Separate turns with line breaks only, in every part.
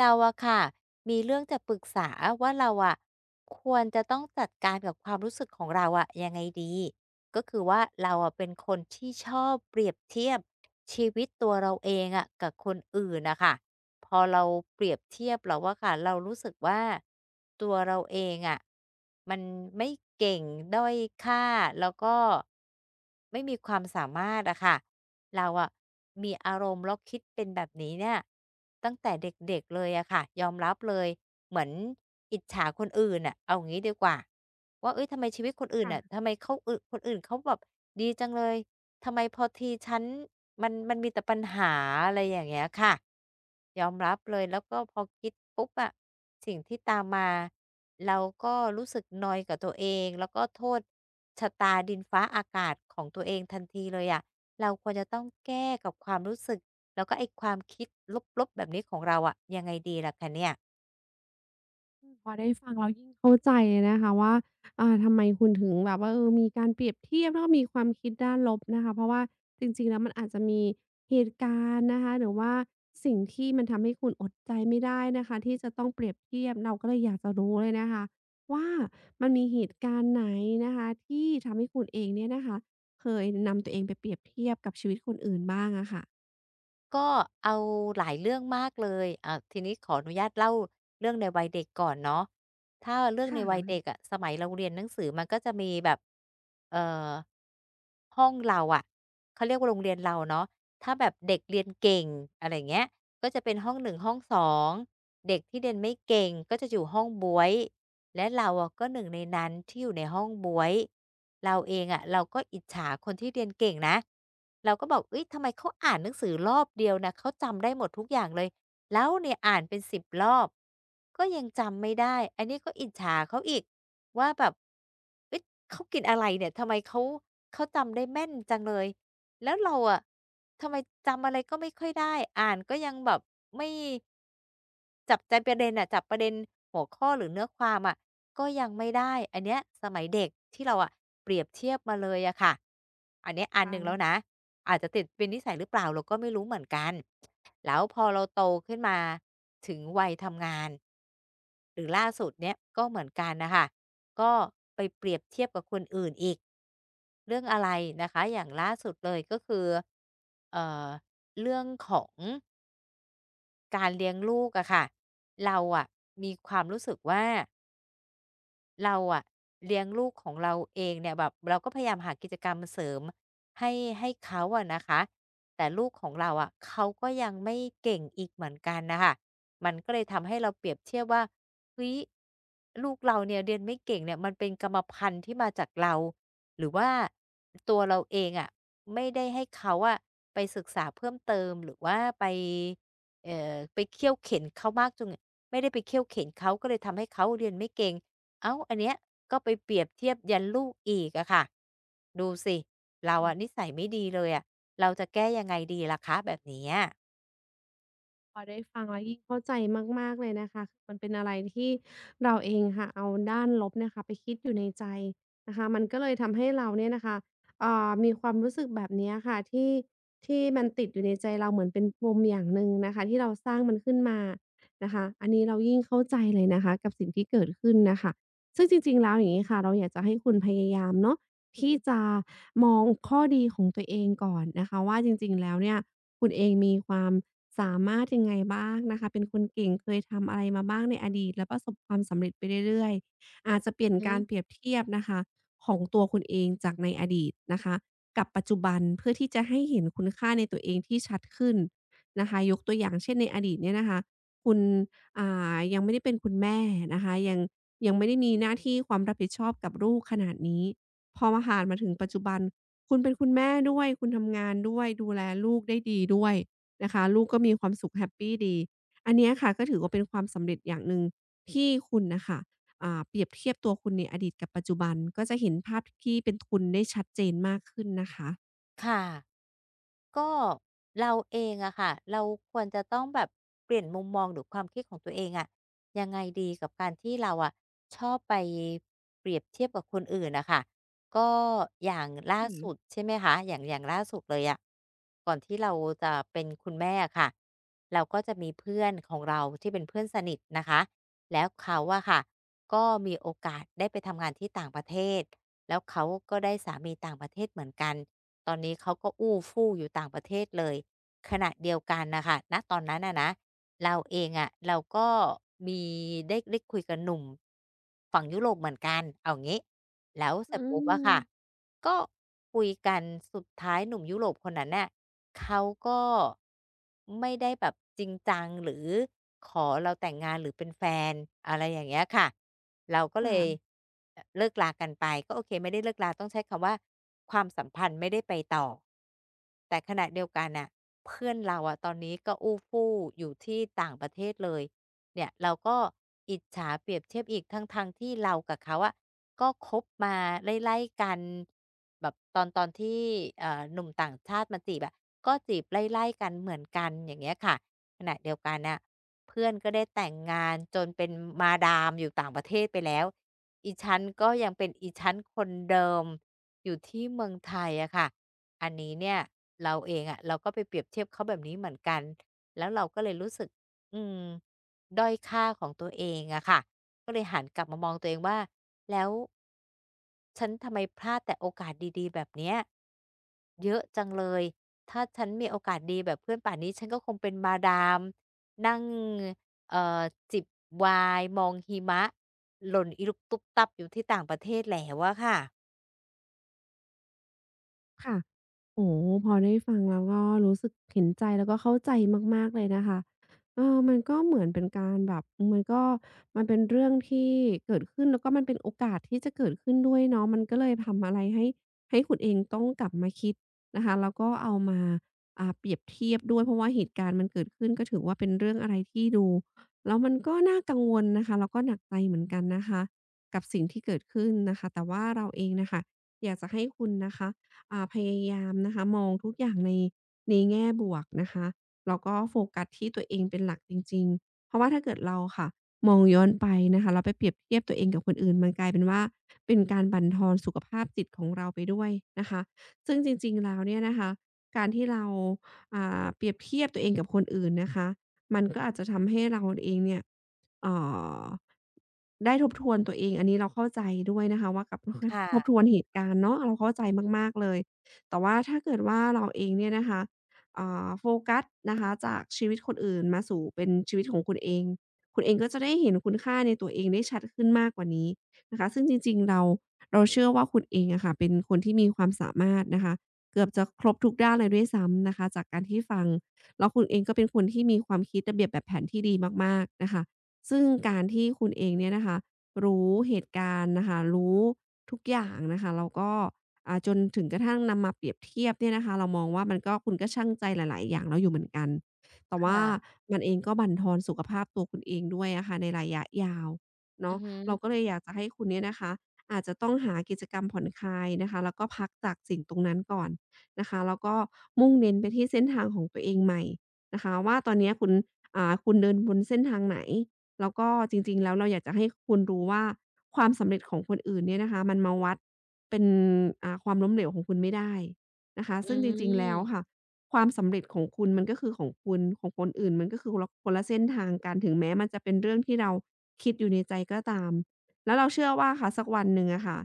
เราอะค่ะมีเรื่องจะปรึกษาว่าเราอะควรจะต้องจัดการกับความรู้สึกของเราอะยังไงดีก็คือว่าเราอะเป็นคนที่ชอบเปรียบเทียบชีวิตตัวเราเองอะกับคนอื่นนะคะพอเราเปรียบเทียบเราว่าค่ะเรารู้สึกว่าตัวเราเองอะมันไม่เก่งด้อยค่าแล้วก็ ไม่มีความสามารถอะค่ะเราอะมีอารมณ์แล้วคิดเป็นแบบนี้เนี่ยตั้งแต่เด็กๆเลยอะค่ะยอมรับเลยเหมือนอิจฉาคนอื่นอ่ะเอางี้ดีกว่าว่าเอ้ยทำไมชีวิตคนอื่น
ค่ะ
อ่ะทำไมเขาอนคนอื่นเขาแบบดีจังเลย ทำไมพอทีฉันมันมีแต่ปัญหาอะไรอย่างเงี้ยค่ะยอมรับเลยแล้วก็พอคิดปุ๊บอะสิ่งที่ตามมาเราก็รู้สึกนอยกับตัวเองแล้วก็โทษชะตาดินฟ้าอากาศของตัวเองทันทีเลยอะเราควรจะต้องแก้กับความรู้สึกแล้วก็ไอ้ความคิดลบๆแบบนี้ของเราอะยังไงดีล่ะคะเนี่ย
อืมพอได้ฟังแล้วยิ่งเข้าใจเลยนะคะว่าทำไมคุณถึงแบบว่ามีการเปรียบเทียบแล้วก็มีความคิดด้านลบนะคะเพราะว่าจริงๆแล้วมันอาจจะมีเหตุการณ์นะคะหรือว่าสิ่งที่มันทำให้คุณอดใจไม่ได้นะคะที่จะต้องเปรียบเทียบเราก็เลยอยากจะรู้เลยนะคะว่ามันมีเหตุการณ์ไหนนะคะที่ทำให้คุณเองเนี่ยนะคะเคยนำตัวเองไปเปรียบเทียบกับชีวิตคนอื่นบ้างอะค่ะ
ก็เอาหลายเรื่องมากเลย อ่าทีนี้ขออนุญาตเล่าเรื่องในวัยเด็กก่อนเนาะถ้าเรื่อ
ค
งในวัยเด็
่ะ
กอะสมัยเราเรียนหนังสือมันก็จะมีแบบเอ่อห้องเราอะเขาเรียกว่าโรงเรียนเราเนาะถ้าแบบเด็กเรียนเก่งอะไรอย่างเงี้ยก็จะเป็นห้อง1ห้อง2เด็กที่เรียนไม่เก่งก็จะอยู่ห้องบ๊วย และเราอะก็หนึ่งในนั้นที่อยู่ในห้องบ๊วยเราเองอะเราก็อิจฉาคนที่เรียนเก่งนะเราก็บอกเฮ้ยทำไมเขาอ่านหนังสือรอบเดียวนะเขาจำได้หมดทุกอย่างเลยแล้วเนี่ยอ่านเป็นสิบรอบก็ยังจำไม่ได้อันนี้ก็อิจฉาเขาอีกว่าแบบเฮ้ยเขากินอะไรเนี่ยทำไมเขาจำได้แม่นจังเลย แล้วเราอะทำไมจำอะไรก็ไม่ค่อยได้อ่านก็ยังแบบไม่จับใจประเด็นอะจับประเด็นหัวข้อหรือเนื้อความอะก็ยังไม่ได้อันเนี้ยสมัยเด็กที่เราอะเปรียบเทียบมาเลยอะค่ะอันเนี้ยอันหนึ่งแล้ว
ค่ะ
นะอาจจะติดเป็นนิสัยหรือเปล่าเราก็ไม่รู้เหมือนกัน แล้วพอเราโตขึ้นมาถึงวัยทำงานหรือล่าสุดเนี่ยก็เหมือนกันนะคะก็ไปเปรียบเทียบกับคนอื่นอีกเรื่องอะไรนะคะอย่างล่าสุดเลยก็คือเอ่อเรื่องของการเลี้ยงลูกอะค่ะเราอะมีความรู้สึกว่า เราอะเลี้ยงลูกของเราเองเนี่ยแบบเราก็พยายามหากิจกรรมเสริมให้ให้เขาอะนะคะแต่ลูกของเราอะเขาก็ยังไม่เก่งอีกเหมือนกันนะคะมันก็เลยทำให้เราเปรียบเทียบว่าเฮ้ยลูกเราเนี่ยเรียนไม่เก่งเนี่ยมันเป็นกรรมพันธุ์ที่มาจากเราหรือว่าตัวเราเองอะไม่ได้ให้เขาอะไปศึกษาเพิ่มเติมหรือว่าไปไปเคี่ยวเข็นเขามากจนไม่ได้ไปเคี่ยวเข็นเขาก็เลยทำให้เขาเรียนไม่เก่ง เอ้าอันเนี้ยก็ไปเปรียบเทียบยันลูกอีกอะค่ะ ดูสิ เราอะนิ
ค่ะ
สัยไม่ดีเลยอะเราจะแก้ยังไงดีล่ะคะแบบเนี้ย
พอได้ฟังแล้วยิ่งเข้าใจมากๆเลยนะคะมันเป็นอะไรที่เราเองค่ะเอาด้านลบเนี่ยค่ะไปคิดอยู่ในใจนะคะมันก็เลยทำให้เราเนี่ยนะคะมีความรู้สึกแบบเนี้ยค่ะที่มันติดอยู่ในใจเราเหมือนเป็นปมอย่างหนึ่งนะคะที่เราสร้างมันขึ้นมานะคะอันนี้เรายิ่งเข้าใจเลยนะคะกับสิ่งที่เกิดขึ้นน่ะค่ะซึ่งจริงๆแล้วอย่างงี้ค่ะเราอยากจะให้คุณพยายามเนาะที่จะมองข้อดีของตัวเองก่อนนะคะว่าจริงๆแล้วเนี่ย คุณเองมีความสามารถยังไงบ้างนะคะ เป็นคนเก่งเคยทำอะไรมาบ้างในอดีตแล้วประสบความสำเร็จไปเรื่อยๆอาจจะเปลี่ยนการเปรียบเทียบนะคะของตัวคุณเองจากในอดีตนะคะกับปัจจุบันเพื่อที่จะให้เห็นคุณค่าในตัวเองที่ชัดขึ้นนะคะยกตัวอย่างเช่นในอดีตเนี่ยนะคะคุณอ่ยังไม่ได้เป็นคุณแม่นะคะยังไม่ได้มีหน้าที่ความรับผิดชอบกับลูกขนาดนี้พอมาผ่านมาถึงปัจจุบัน คุณเป็นคุณแม่ด้วย คุณทำงานด้วย ดูแลลูกได้ดีด้วยนะคะ ลูกก็มีความสุขแฮปปีดี อันเนี้ยค่ะก็ถือว่าเป็นความสำเร็จอย่างหนึ่งที่คุณน่ะค่ะเปรียบเทียบตัวคุณในอดีตกับปัจจุบันก็จะเห็นภาพที่เป็นคุณได้ชัดเจนมากขึ้นนะคะ
ค่ะก็เราเองอะค่ะเราควรจะต้องแบบเปลี่ยนมุมมองหรือความคิดของตัวเองอะยังไงดีกับการที่เราอะชอบไปเปรียบเทียบกับคนอื่นนะคะก็อย่างล่า
อืม
สุดใช่ไหมคะอย่างล่าสุดเลยอะก่อนที่เราจะเป็นคุณแม่อะค่ะเราก็จะมีเพื่อนของเราที่เป็นเพื่อนสนิทนะคะแล้วเขาอะค่ะก็มีโอกาสได้ไปทำงานที่ต่างประเทศแล้วเขาก็ได้สามีต่างประเทศเหมือนกัน ตอนนี้เขาก็อู้ฟู่อยู่ต่างประเทศเลยขณะเดียวกันน่ะค่ะณตอนนั้นอะนะเราเองอะเราก็มีได้คุยกับหนุ่มฝั่งยุโรปเหมือนกันเอางี้ แล้วเสร็
อื
จปุ๊บอะค่ะ
ม
ก็คุยกันสุดท้ายหนุ่มยุโรปคนนั้นน่ะเขาก็ไม่ได้แบบจริงจังหรือขอเราแต่งงานหรือเป็นแฟนอะไรอย่างเงี้ยค่ะเราก็เลย
ค่ะ
เลิกรากันไปก็โอเคไม่ได้เลิกราต้องใช้คำว่าความสัมพันธ์ไม่ได้ไปต่อแต่ขณะเดียวกันน่ะเพื่อนเราอะตอนนี้ก็อู้ฟู่อยู่ที่ต่างประเทศเลย เนี่ยเราก็อิจฉาเปรียบเทียบอีกทั้งๆทที่เรากับเขาอะก็คบมาไล่ๆกันแบบตอนที่หนุ่มต่างชาติมาจีบอะก็จีบไล่ๆกันเหมือนกันอย่างเงี้ยค่ะขณะเดียวกันน่ะเพื่อนก็ได้แต่งงานจนเป็นมาดามอยู่ต่างประเทศไปแล้วอีชันก็ยังเป็นอีชันคนเดิมอยู่ที่เมืองไทยอะค่ะอันนี้เนี่ยเราเองอะเราก็ไปเปรียบเทียบเขาแบบนี้เหมือนกันแล้วเราก็เลยรู้สึก อืมด้อยค่าของตัวเองอะค่ะก็เลยหันกลับมามองตัวเองว่าแล้วฉันทำไมพลาดแต่โอกาสดีๆแบบเนี้ยเยอะจังเลยถ้าฉันมีโอกาสดีแบบเพื่อนป่านนี้ฉันก็คงเป็นมาดามนั่งเอ่อจิบไวน์มองหิมะหล่นอิรุบตุ๊บตับอยู่ที่ต่างประเทศแล้วอะค่ะ
ค่ะโอ้โฮพอได้ฟังแล้วก็รู้สึกเห็นใจแล้วก็เข้าใจมากๆเลยนะคะเออมันก็เหมือนเป็นการแบบมันก็มันเป็นเรื่องที่เกิดขึ้นแล้วก็มันเป็นโอกาสที่จะเกิดขึ้นด้วยเนาะมันก็เลยทำอะไรให้คุณเองต้องกลับมาคิดนะคะแล้วก็เอามาเปรียบเทียบด้วยเพราะว่าเหตุการณ์มันเกิดขึ้นก็ถือว่าเป็นเรื่องอะไรที่ดูแล้วมันก็น่ากังวลนะคะแล้วก็หนักใจเหมือนกันนะคะกับสิ่งที่เกิดขึ้นนะคะแต่ว่าเราเองน่ะค่ะอยากจะให้คุณนะคะ พยายามนะคะมองทุกอย่างในแง่บวกนะคะแล้วก็โฟกัสที่ตัวเองเป็นหลักจริงๆเพราะว่าถ้าเกิดเราค่ะมองย้อนไปนะคะแล้วไปเปรียบเทียบตัวเองกับคนอื่นมันกลายเป็นว่าเป็นการบั่นทอนสุขภาพจิตของเราไปด้วยนะคะซึ่งจริงๆแล้วเนี่ยนะคะการที่เราเปรียบเทียบตัวเองกับคนอื่นนะคะ มันก็อาจจะทำให้เราเองเนี่ยเอ่อได้ทบทวนตัวเองอันนี้เราเข้าใจด้วยนะคะว่ากับ
ค
ทบทว
่ะ
นเหตุการณ์เนาะเราเข้าใจมากๆเลยแต่ว่าถ้าเกิดว่าเราเองเนี่ยนะคะโฟกัสนะคะจากชีวิตคนอื่นมาสู่เป็นชีวิตของคุณเองคุณเองก็จะได้เห็นคุณค่าในตัวเองได้ชัดขึ้นมากกว่านี้นะคะซึ่งจริงๆเราเชื่อว่าคุณเองอะค่ะเป็นคนที่มีความสามารถนะคะเกือบจะครบทุกด้านเลยด้วยซ้ำนะคะจากการที่ฟัง แล้วคุณเองก็เป็นคนที่มีความคิดระเบียบแบบแผนที่ดีมากๆนะคะ ซึ่งการที่คุณเองเนี่ยนะคะรู้เหตุการณ์นะคะรู้ทุกอย่างนะคะแล้วก็จนถึงกระทั่งนำมาเปรียบเทียบเนี่ยนะคะเรามองว่ามันก็คุณก็ชั่งใจหลายๆอย่างแล้วอยู่เหมือนกันแต่ว่า
ค่ะ
มันเองก็บั่นทอนสุขภาพตัวคุณเองด้วยอะค่ะในระยะยาว
อื
เนาะ
อฮึ
เราก็เลยอยากจะให้คุณเนี่ยนะคะอาจจะต้องหากิจกรรมผ่อนคลายนะคะแล้วก็พักจากสิ่งตรงนั้นก่อน นะคะแล้วก็มุ่งเน้นไปที่เส้นทางของตัวเองใหม่นะคะว่าตอนเนี้ยคุณคุณเดินบนเส้นทางไหนแล้วก็จริงๆแล้วเราอยากจะให้คุณรู้ว่าความสำเร็จของคนอื่นเนี่ยนะคะมันมาวัดเป็นความล้มเหลวของคุณไม่ได้นะคะ
อื
ซึ่งจริงๆแล้ว
ม
ค่ะความสำเร็จของคุณมันก็คือของคุณของคนอื่นมันก็คือคนละเส้นทางกันถึงแม้มันจะเป็นเรื่องที่เราคิดอยู่ในใจก็ตามแล้วเราเชื่อว่าค่ะสักวันหนึ่งอะค่ะ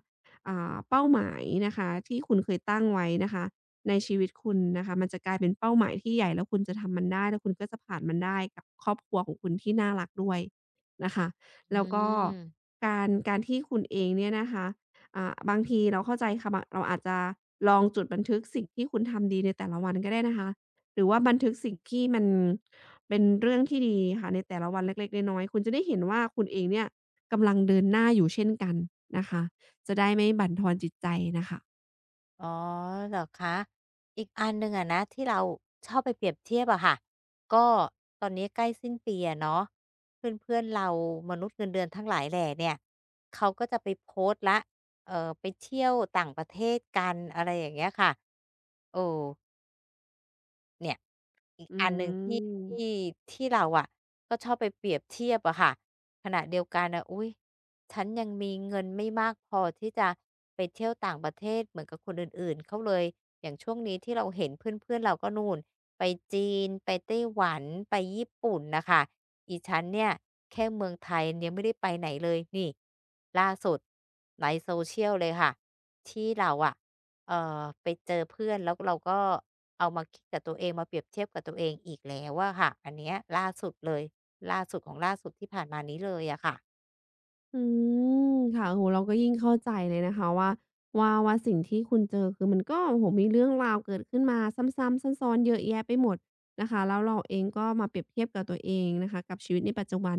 เป้าหมายนะคะที่คุณเคยตั้งไว้นะคะ ในชีวิตคุณนะคะมันจะกลายเป็นเป้าหมายที่ใหญ่แล้วคุณจะทำมันได้แล้วคุณก็จะผ่านมันได้กับครอบครัวของคุณที่น่ารักด้วยนะคะ
อื
แล้วก็
ม
การที่คุณเองเนี่ยนะคะบางทีเราเข้าใจค่ะบเราอาจจะลองจดบันทึกสิ่งที่คุณทำดีในแต่ละวันก็ได้นะคะหรือว่าบันทึกสิ่งที่มันเป็นเรื่องที่ดีค่ะในแต่ละวันเล็กๆน้อยๆคุณจะได้เห็นว่าคุณเองเนี่ยกำลังเดินหน้าอยู่เช่นกันนะคะจะได้ไม่บั่นทอนจิตใจน่ะค่ะ
อ๋อเหรอคะอีกอันหนึ่งอะนะที่เราชอบไปเปรียบเทียบอะค่ะก็ตอนนี้ใกล้สิ้นปีอะเนาะเพื่อนเพื่อนเรามนุษย์เงินเดือนทั้งหลายแหล่เนี่ยเขาก็จะไปโพสต์แล้วเออไปเที่ยวต่างประเทศกันอะไรอย่างเงี้ยค่ะโอ้ เนี่ยอีก
อื
อันหนึ่งที่ที่
ม
ที่เราอะก็ชอบไปเปรียบเทียบอะค่ะขณะเดียวกันน่ะอุ๊ยฉันยังมีเงินไม่มากพอที่จะไปเที่ยวต่างประเทศเหมือนกับคนอื่นๆเขาเลยอย่างช่วงนี้ที่เราเห็นเพื่อนๆเราก็นู่นไปจีนไปไต้หวันไปญี่ปุ่นน่ะค่ะอีฉันเนี่ยแค่เมืองไทยยังไม่ได้ไปไหนเลยนี่ล่าสุดใน social เลยค่ะที่เราอะไปเจอเพื่อนแล้วเราก็ เอามาคิดกับตัวเองมาเปรียบเทียบกับตัวเองอีกแล้วอะค่ะอันเนี้ยล่าสุดเลยล่าสุดของล่าสุดที่ผ่านมานี้เลยอะค่ะ
อืมค่ะโอ้โฮเราก็ยิ่งเข้าใจเลยนะคะว่าสิ่งที่คุณเจอคือมันก็โอ้โฮมีเรื่องราวเกิดขึ้นมาซ้ำๆซ้อนๆเยอะแยะไปหมดนะคะแล้วเราเองก็มาเปรียบเทียบกับตัวเองนะคะกับชีวิตในปัจจุบัน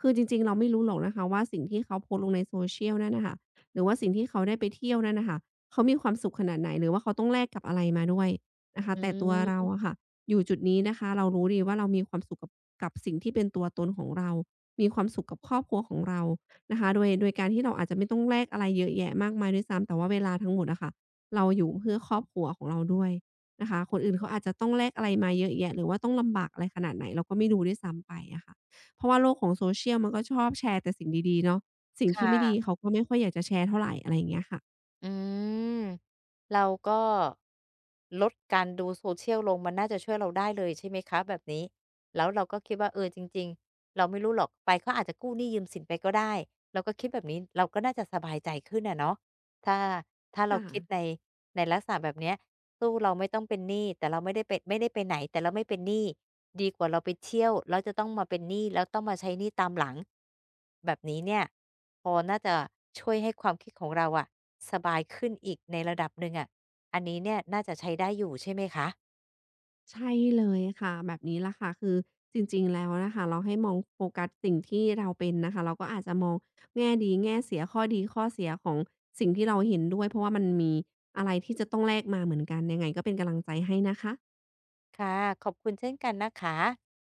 คือจริงๆเราไม่รู้หรอกนะคะว่าสิ่งที่เขาโพสต์ลงใน social นั่นน่ะค่ะหรือว่าสิ่งที่เขาได้ไปเที่ยวนั่นน่ะค่ะเขามีความสุขขนาดไหนหรือว่าเขาต้องแลกกับอะไรมาด้วยนะคะ
อื
แต่ตัวเรา
ม
อะค่ะอยู่จุดนี้นะคะเรารู้ดีว่าเรามีความสุขกับกับสิ่งที่เป็นตัวตนของเรา มีความสุขกับครอบครัวของเรา นะคะโดยการที่เราอาจจะไม่ต้องแลกอะไรเยอะแยะมากมายด้วยซ้ำแต่ว่าเวลาทั้งหมดอะค่ะเราอยู่เพื่อครอบครัวของเราด้วยนะคะคนอื่นเขาอาจจะต้องแลกอะไรมาเยอะแยะหรือว่าต้องลำบากอะไรขนาดไหนเราก็ไม่รู้ด้วยซ้ำไปอะค่ะเพราะว่าโลกของ social มันก็ชอบแชร์แต่สิ่งดีๆเนาะสิ่งที่
ค่ะ
ไม่ดีเขาก็ไม่ค่อยอยากจะแชร์เท่าไรอะไรอย่างเงี้ยค่ะ
อืมเราก็ลดการดู social ลลงมันน่าจะช่วยเราได้เลยใช่ไหมคะแบบนี้แล้วเราก็คิดว่าเออจริงๆเราไม่รู้หรอกไปเขาอาจจะกู้หนี้ยืมสินไปก็ได้เราก็คิดแบบนี้เราก็น่าจะสบายใจขึ้นอะเนาะถ้าถ้าเรา
ค่ะ
คิดในลักษณะแบบเนี้ย สู้เราไม่ต้องเป็นหนี้แต่เราไม่ได้ไปไหนแต่เราไม่เป็นหนี้ดีกว่าเราไปเที่ยวแล้วจะต้องมาเป็นหนี้แล้วต้องมาใช้หนี้ตามหลังแบบนี้เนี่ยพอน่าจะช่วยให้ความคิดของเราอะสบายขึ้นอีกในระดับหนึ่งอะอันนี้เนี่ยน่าจะใช้ได้อยู่ใช่ไหมคะ
ใช่เลยค่ะแบบนี้ละค่ะคือจริงๆแล้วนะคะเราให้มองโฟกัสสิ่งที่เราเป็นนะคะเราก็อาจจะมองแง่ดีแง่เสียข้อดีข้อเสียของสิ่งที่เราเห็นด้วยเพราะว่ามันมีอะไรที่จะต้องแลกมาเหมือนกันยังไงก็เป็นกำลังใจให้นะคะ
ค่ะขอบคุณเช่นกันนะคะ